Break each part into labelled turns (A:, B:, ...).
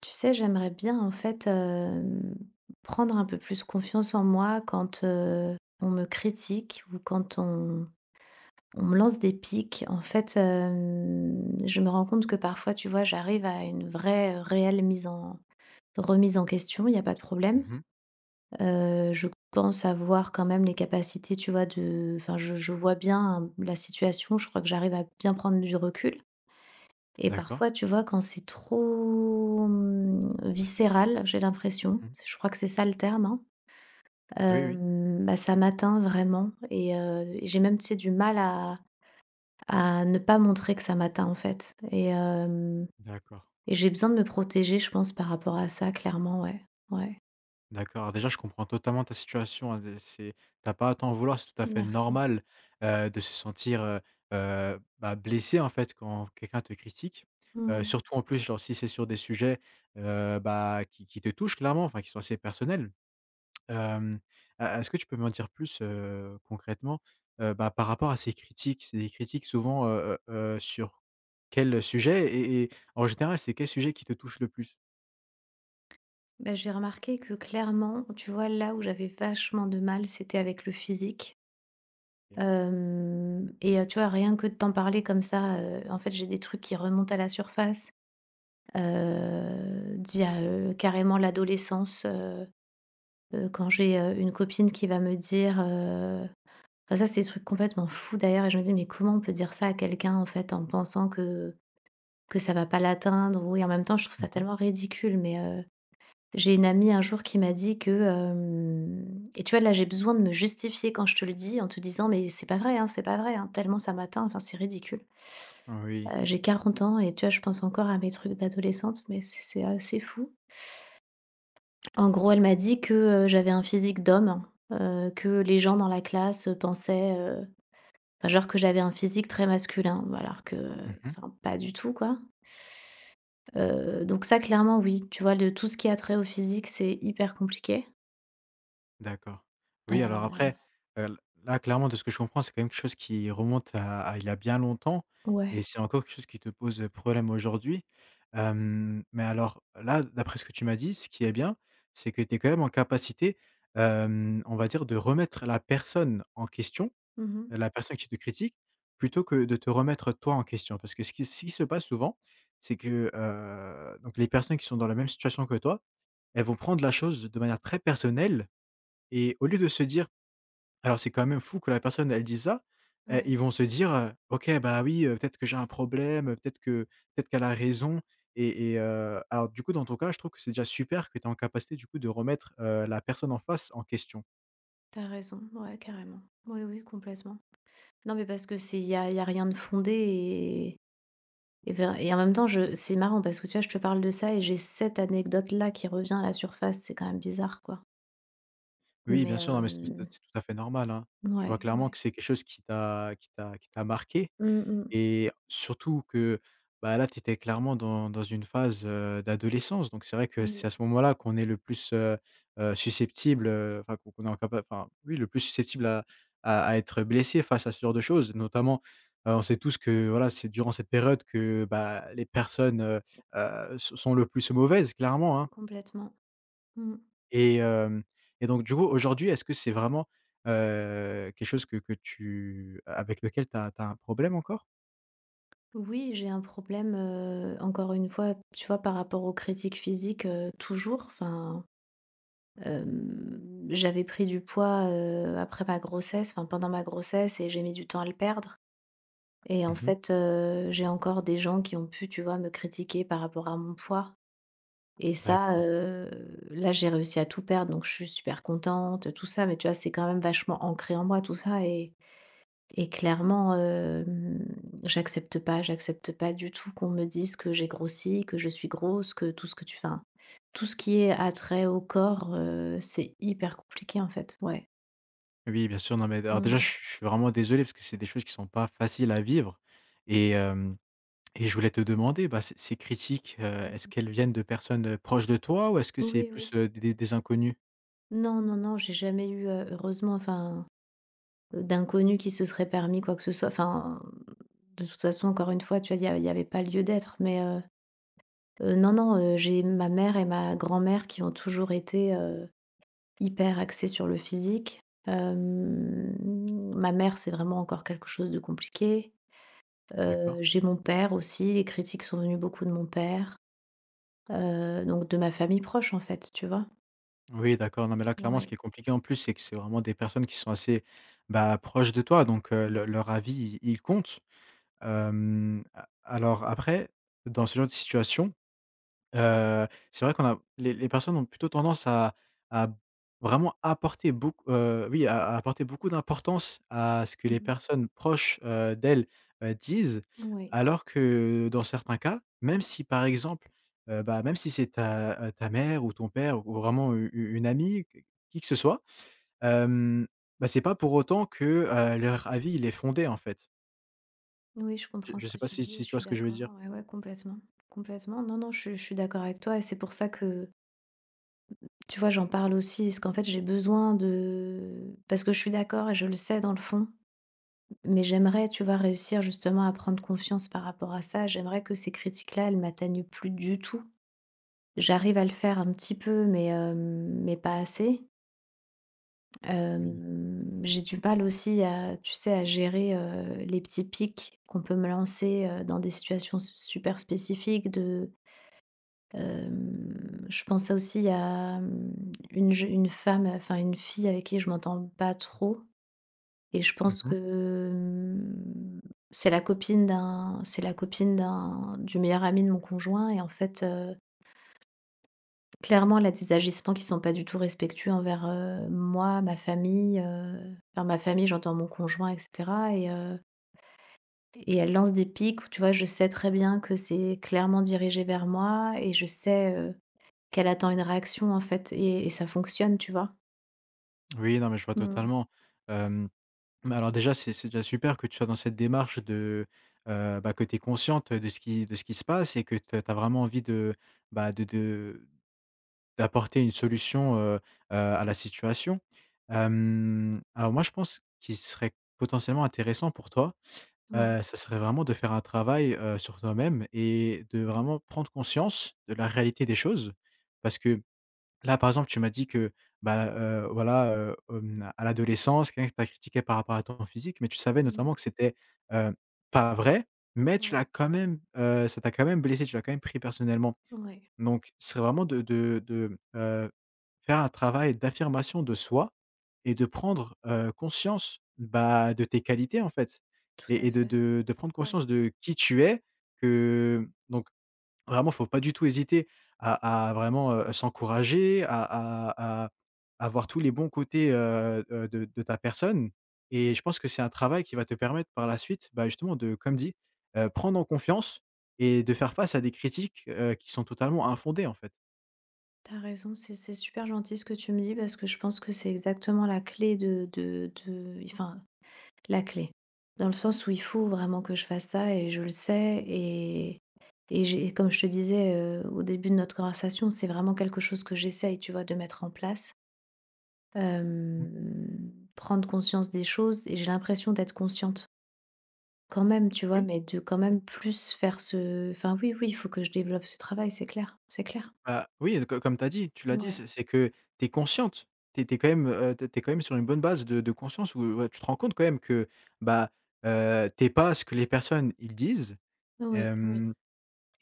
A: Tu sais, j'aimerais bien en fait, prendre un peu plus confiance en moi quand, on me critique ou quand on me lance des piques. En fait, je me rends compte que parfois, tu vois, j'arrive à une vraie, réelle mise en remise en question, il n'y a pas de problème.
B: Mmh mh.
A: Je pense avoir quand même les capacités, tu vois, de enfin, je vois bien hein, la situation, je crois que j'arrive à bien prendre du recul. Et
B: D'accord.
A: parfois, tu vois, quand c'est trop, viscéral, j'ai l'impression,
B: Mmh mh.
A: je crois que c'est ça le terme, hein,
B: Oui, oui.
A: bah, ça m'atteint vraiment et j'ai même, tu sais, du mal à ne pas montrer que ça m'atteint, en fait et hem
B: D'accord.
A: et j'ai besoin de me protéger, je pense, par rapport à ça, clairement, ouais. Ouais.
B: D'accord. Alors déjà, je comprends totalement ta situation, hein, de c'est tu as pas à t'en vouloir, c'est tout à fait
A: Merci.
B: normal, de se sentir, bah, blessé, en fait, quand quelqu'un te critique.
A: Mmh.
B: Surtout, en plus, genre, si c'est sur des sujets, bah, qui te touchent clairement, enfin, qui sont assez personnels. Hem, e Est-ce que tu peux m'en dire plus, concrètement, bah, par rapport à ces critiques? C'est des critiques souvent, sur quel sujet? Et en général, c'est quel sujet qui te touche le plus?
A: Bah, j'ai remarqué que, clairement, tu vois, là où j'avais vachement de mal, c'était avec le physique.
B: OK.
A: Hem et tu vois, rien que de t'en parler comme ça, en fait, j'ai des trucs qui remontent à la surface, d'il y a, carrément l'adolescence, quand j'ai, une copine qui va me dire, enfin ça, c'est des trucs complètement fous d'ailleurs et je me dis: «Mais comment on peut dire ça à quelqu'un, en fait, en pensant que ça va pas l'atteindre?» ou et en même temps, je trouve ça
B: Mmh.
A: tellement ridicule mais j'ai une amie un jour qui m'a dit que, hem et tu vois, là, j'ai besoin de me justifier quand je te le dis en te disant: «Mais c'est pas vrai, hein, c'est pas vrai, hein», tellement ça m'atteint, enfin, c'est ridicule.
B: Oui.
A: J'ai 40 ans et tu vois, je pense encore à mes trucs d'adolescente, mais c'est assez fou. En gros, elle m'a dit que, j'avais un physique d'homme, que les gens dans la classe, pensaient, enfin, genre que j'avais un physique très masculin, bah, alors que,
B: Mmh.
A: enfin, pas du tout, quoi. Donc ça, clairement, oui, tu vois, le tout ce qui a trait au physique, c'est hyper compliqué.
B: D'accord. Oui, alors
A: Heu,
B: après, heu, là, clairement, de ce que je comprends, c'est quand même quelque chose qui remonte à il y a bien longtemps, et
A: ouais.
B: c'est encore quelque chose qui te pose problème aujourd'hui. Mais alors là, d'après ce que tu m'as dit, ce qui est bien, c'est que tu es quand même en capacité, on va dire, de remettre la personne en question,
A: Mmh.
B: la personne qui te critique, plutôt que de te remettre toi en question. Parce que ce qui se passe souvent, c'est que, donc les personnes qui sont dans la même situation que toi elles vont prendre la chose de manière très personnelle, et au lieu de se dire: «Alors c'est quand même fou que la personne elle dise ça», ils
A: Ouais,
B: vont se dire, «OK, bah, oui, peut-être que j'ai un problème, peut-être qu'elle a raison». Alors du coup dans ton cas, je trouve que c'est déjà super que tu es en capacité du coup de remettre, la personne en face en question.
A: t'as raison. Ouais, carrément. Oui, oui, complètement. Non, mais parce que c'est il y a rien de fondé et ver et en même temps, je c'est marrant parce que tu vois, je te parle de ça et j'ai cette anecdote-là qui revient à la surface. C'est quand même bizarre, quoi.
B: Oui,
A: Mais,
B: bien sûr, non mais c'est tout à fait normal, hein. Je vois
A: ouais,
B: clairement
A: ouais.
B: que c'est quelque chose qui t'a marqué.
A: Mmh mh.
B: Et surtout que, bah, là, tu étais clairement dans une phase, d'adolescence, donc c'est vrai que c'est à
A: Oui,
B: ce moment-là qu'on est le plus, susceptible, enfin qu'on est en capa enfin, oui, le plus susceptible à être blessé face à ce genre de choses. Notamment, on sait tous que, voilà, c'est durant cette période que, bah, les personnes, se sont le plus mauvaises, clairement, hein.
A: complètement. Mmh.
B: Et hem et donc du coup, aujourd'hui, est-ce que c'est vraiment, quelque chose que tu avec lequel tu as un problème encore?
A: Oui, j'ai un problème, encore une fois, tu vois, par rapport aux critiques physiques, toujours, enfin. Hem, j'avais pris du poids, après ma grossesse, enfin pendant ma grossesse et j'ai mis du temps à le perdre et en
B: Mmh.
A: fait, j'ai encore des gens qui ont pu, tu vois, me critiquer par rapport à mon poids et ça,
B: D'accord.
A: là, j'ai réussi à tout perdre donc je suis super contente, tout ça, mais tu vois, c'est quand même vachement ancré en moi tout ça et clairement, j'accepte pas du tout qu'on me dise que j'ai grossi, que je suis grosse, que tout ce que tu enfin, tout ce qui est attrait au corps, c'est hyper compliqué, en fait. Ouais.
B: Oui, bien sûr, non mais alors déjà,
A: Mmh.
B: je suis vraiment désolé parce que c'est des choses qui sont pas faciles à vivre. et Et je voulais te demander, bah, ces critiques, est-ce qu'elles viennent de personnes, proches de toi, ou est-ce que c'est
A: Oui,
B: plus,
A: oui.
B: des inconnus?
A: Non, non, non, j'ai jamais eu, heureusement, enfin, d'inconnus qui se seraient permis quoi que ce soit. Enfin, de toute façon, encore une fois, tu vois, il y avait pas lieu d'être, mais non, non, j'ai ma mère et ma grand-mère qui ont toujours été, hyper axée sur le physique. Hem, ma mère, c'est vraiment encore quelque chose de compliqué. Heu,
B: D'accord.
A: j'ai mon père aussi, les critiques sont venues beaucoup de mon père, donc de ma famille proche, en fait, tu vois?
B: Oui, d'accord, non mais là, clairement, ce qui
A: Ouais.
B: est compliqué en plus, c'est que c'est vraiment des personnes qui sont assez, bah, proches de toi donc le
A: Mmh.
B: leur avis, il compte. Hem, a Alors après, dans ce genre de situation, c'est vrai qu'on a les personnes ont plutôt tendance à à vraiment apporter beaucoup, à apporter beaucoup d'importance à ce que les
A: Mmh.
B: personnes proches, d'elles, disent.
A: Oui.
B: Alors que dans certains cas, même si par exemple, bah, même si c'est ta, ta mère ou ton père, ou vraiment u u une amie, q qui que ce soit, hem, bah, c'est pas pour autant que, leur avis il est fondé, en fait.
A: Oui, je
B: Je
A: comprends
B: je
A: ce que
B: sais pas
A: tu
B: si
A: dis et je
B: tu vois
A: suis
B: ce que je veux
A: d'accord.
B: dire?
A: Ouais, ouais, complètement. Complètement. Non, non, je suis d'accord avec toi et c'est pour ça que, tu vois, j'en parle aussi. Parce qu'en fait, j'ai besoin de parce que je suis d'accord et je le sais dans le fond, mais j'aimerais, tu vois, réussir justement à prendre confiance par rapport à ça. J'aimerais que ces critiques-là, elles m'atteignent plus du tout. J'arrive à le faire un petit peu, mais pas assez.
B: Oui.
A: J'ai du mal aussi à, tu sais, à gérer les petits pics qu'on peut me lancer dans des situations super spécifiques. Euh, je pensais aussi à une femme, enfin une fille avec qui je m'entends pas trop. Et je
B: Mmh
A: pense
B: mh.
A: que, hem, c'est la copine d'un du meilleur ami de mon conjoint et en fait, clairement, elle a des agissements qui sont pas du tout respectueux envers, moi, ma famille, enfin ma famille, j'entends mon conjoint et cetera et elle lance des piques où tu vois, je sais très bien que c'est clairement dirigé vers moi et je sais, qu'elle attend une réaction en fait et ça fonctionne, tu vois?
B: Oui, non mais je vois
A: Mmh.
B: totalement, hem mais alors déjà, c'est déjà super que tu sois dans cette démarche de, bah, que tu es consciente de ce qui se passe et que tu as vraiment envie de, bah, de d'apporter une solution, à la situation. Alors moi, je pense qu'il serait potentiellement intéressant pour toi,
A: Ouais.
B: ça serait vraiment de faire un travail, sur toi-même et de vraiment prendre conscience de la réalité des choses. Parce que là, par exemple, tu m'as dit que, bah, voilà, à l'adolescence, quelqu'un t'a critiqué par rapport à ton physique, mais tu savais
A: Mmh.
B: notamment que c'était, heu, pas vrai, mais tu l'as
A: Ouais.
B: quand même, ça t'a quand même blessé, tu l'as quand même pris personnellement.
A: Ouais.
B: Donc, ce serait vraiment faire un travail d'affirmation de soi et de prendre, conscience, bah, de tes qualités, en fait,
A: Tout
B: et
A: à fait.
B: de prendre
A: Ouais.
B: conscience de qui tu es, que donc vraiment, faut pas du tout hésiter à vraiment, s'encourager, à à voir tous les bons côtés, de ta personne, et je pense que c'est un travail qui va te permettre par la suite, bah, justement de, comme dit, prendre en confiance et de faire face à des critiques, qui sont totalement infondées, en fait.
A: T'as raison, c'est super gentil ce que tu me dis parce que je pense que c'est exactement la clé de enfin, la clé. Dans le sens où il faut vraiment que je fasse ça et je le sais et j'ai comme je te disais, au début de notre conversation, c'est vraiment quelque chose que j'essaye, tu vois, de mettre en place.
B: Mmh.
A: Prendre conscience des choses et j'ai l'impression d'être consciente quand même, tu vois?
B: Oui,
A: Mais de quand
B: oui.
A: même plus faire ce enfin oui, oui, il faut que je développe ce travail, c'est clair, c'est clair.
B: Bah, oui, co comme tu as dit,
A: Ouais.
B: c'est que tu es consciente, tu es quand même, tu es quand même sur une bonne base de conscience où, tu te rends compte quand même que, bah, tu pas ce que les personnes, ils disent.
A: Oui, oui.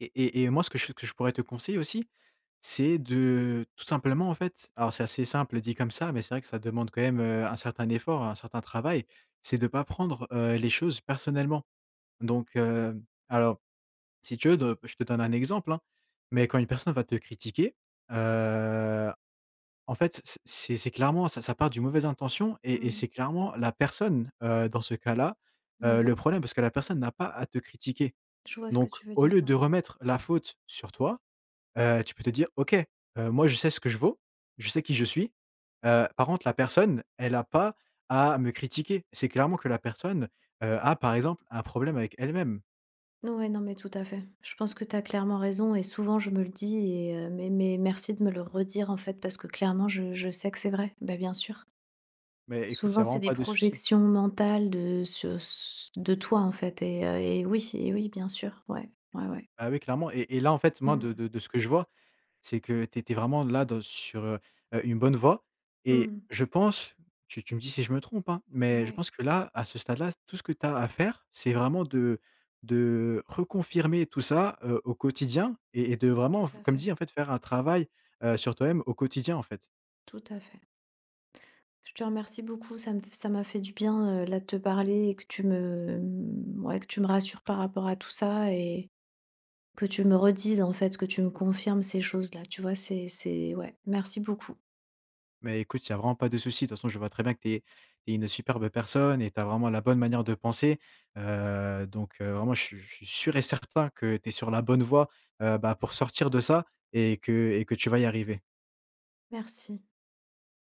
B: Et moi, ce que je pourrais te conseiller aussi, c'est de tout simplement, en fait, alors c'est assez simple dit comme ça, mais c'est vrai que ça demande quand même, un certain effort, un certain travail, c'est de pas prendre, les choses personnellement. Donc, heu, alors Si tu veux, de je te donne un exemple, hein, mais quand une personne va te critiquer, heu, en fait, c'est clairement ça part d'une mauvaise intention, et
A: Mmh.
B: c'est clairement la personne, dans ce cas-là, le
A: Ouais.
B: problème, parce que la personne n'a pas à te critiquer.
A: Je vois ce que
B: Donc
A: tu veux
B: au
A: dire,
B: lieu de
A: ouais.
B: remettre la faute sur toi, tu peux te dire: «OK, moi je sais ce que je vaux, je sais qui je suis». Par contre la personne, elle a pas à me critiquer. C'est clairement que la personne, a par exemple un problème avec elle-même.
A: Ouais, non, mais tout à fait. Je pense que tu as clairement raison et souvent je me le dis et mais merci de me le redire en fait parce que clairement je sais que c'est vrai. Bah, bien sûr.
B: Mais écoute, il y
A: Souvent
B: a
A: c'est
B: vraiment
A: des
B: pas de souci.
A: projections mentales de sur de toi en fait et oui bien sûr. Ouais, ouais, ouais.
B: Bah oui, clairement, et là en fait moi de
A: Mmh.
B: ce que je vois, c'est que tu étais vraiment là dans sur, une bonne voie, et
A: Mmh.
B: je pense, tu me dis si je me trompe, hein, mais je
A: Ouais,
B: pense que là, à ce stade-là, tout ce que tu as à faire, c'est vraiment de reconfirmer tout ça, au quotidien, et de
A: tout
B: vraiment,
A: à
B: comme
A: fait,
B: dit, en fait, faire un travail, sur toi-même au quotidien, en fait.
A: tout à fait. Je te remercie beaucoup, ça m'a fait du bien, là, de te parler et que tu me, ouais, que tu me rassures par rapport à tout ça et que tu me redises en fait, que tu me confirmes ces choses-là, tu vois? C'est ouais, merci beaucoup.
B: Mais écoute, il y a vraiment pas de souci. De toute façon, je vois très bien que tu es une superbe personne et tu as vraiment la bonne manière de penser. Vraiment, je suis sûr et certain que tu es sur la bonne voie, bah, pour sortir de ça, et que tu vas y arriver.
A: Merci.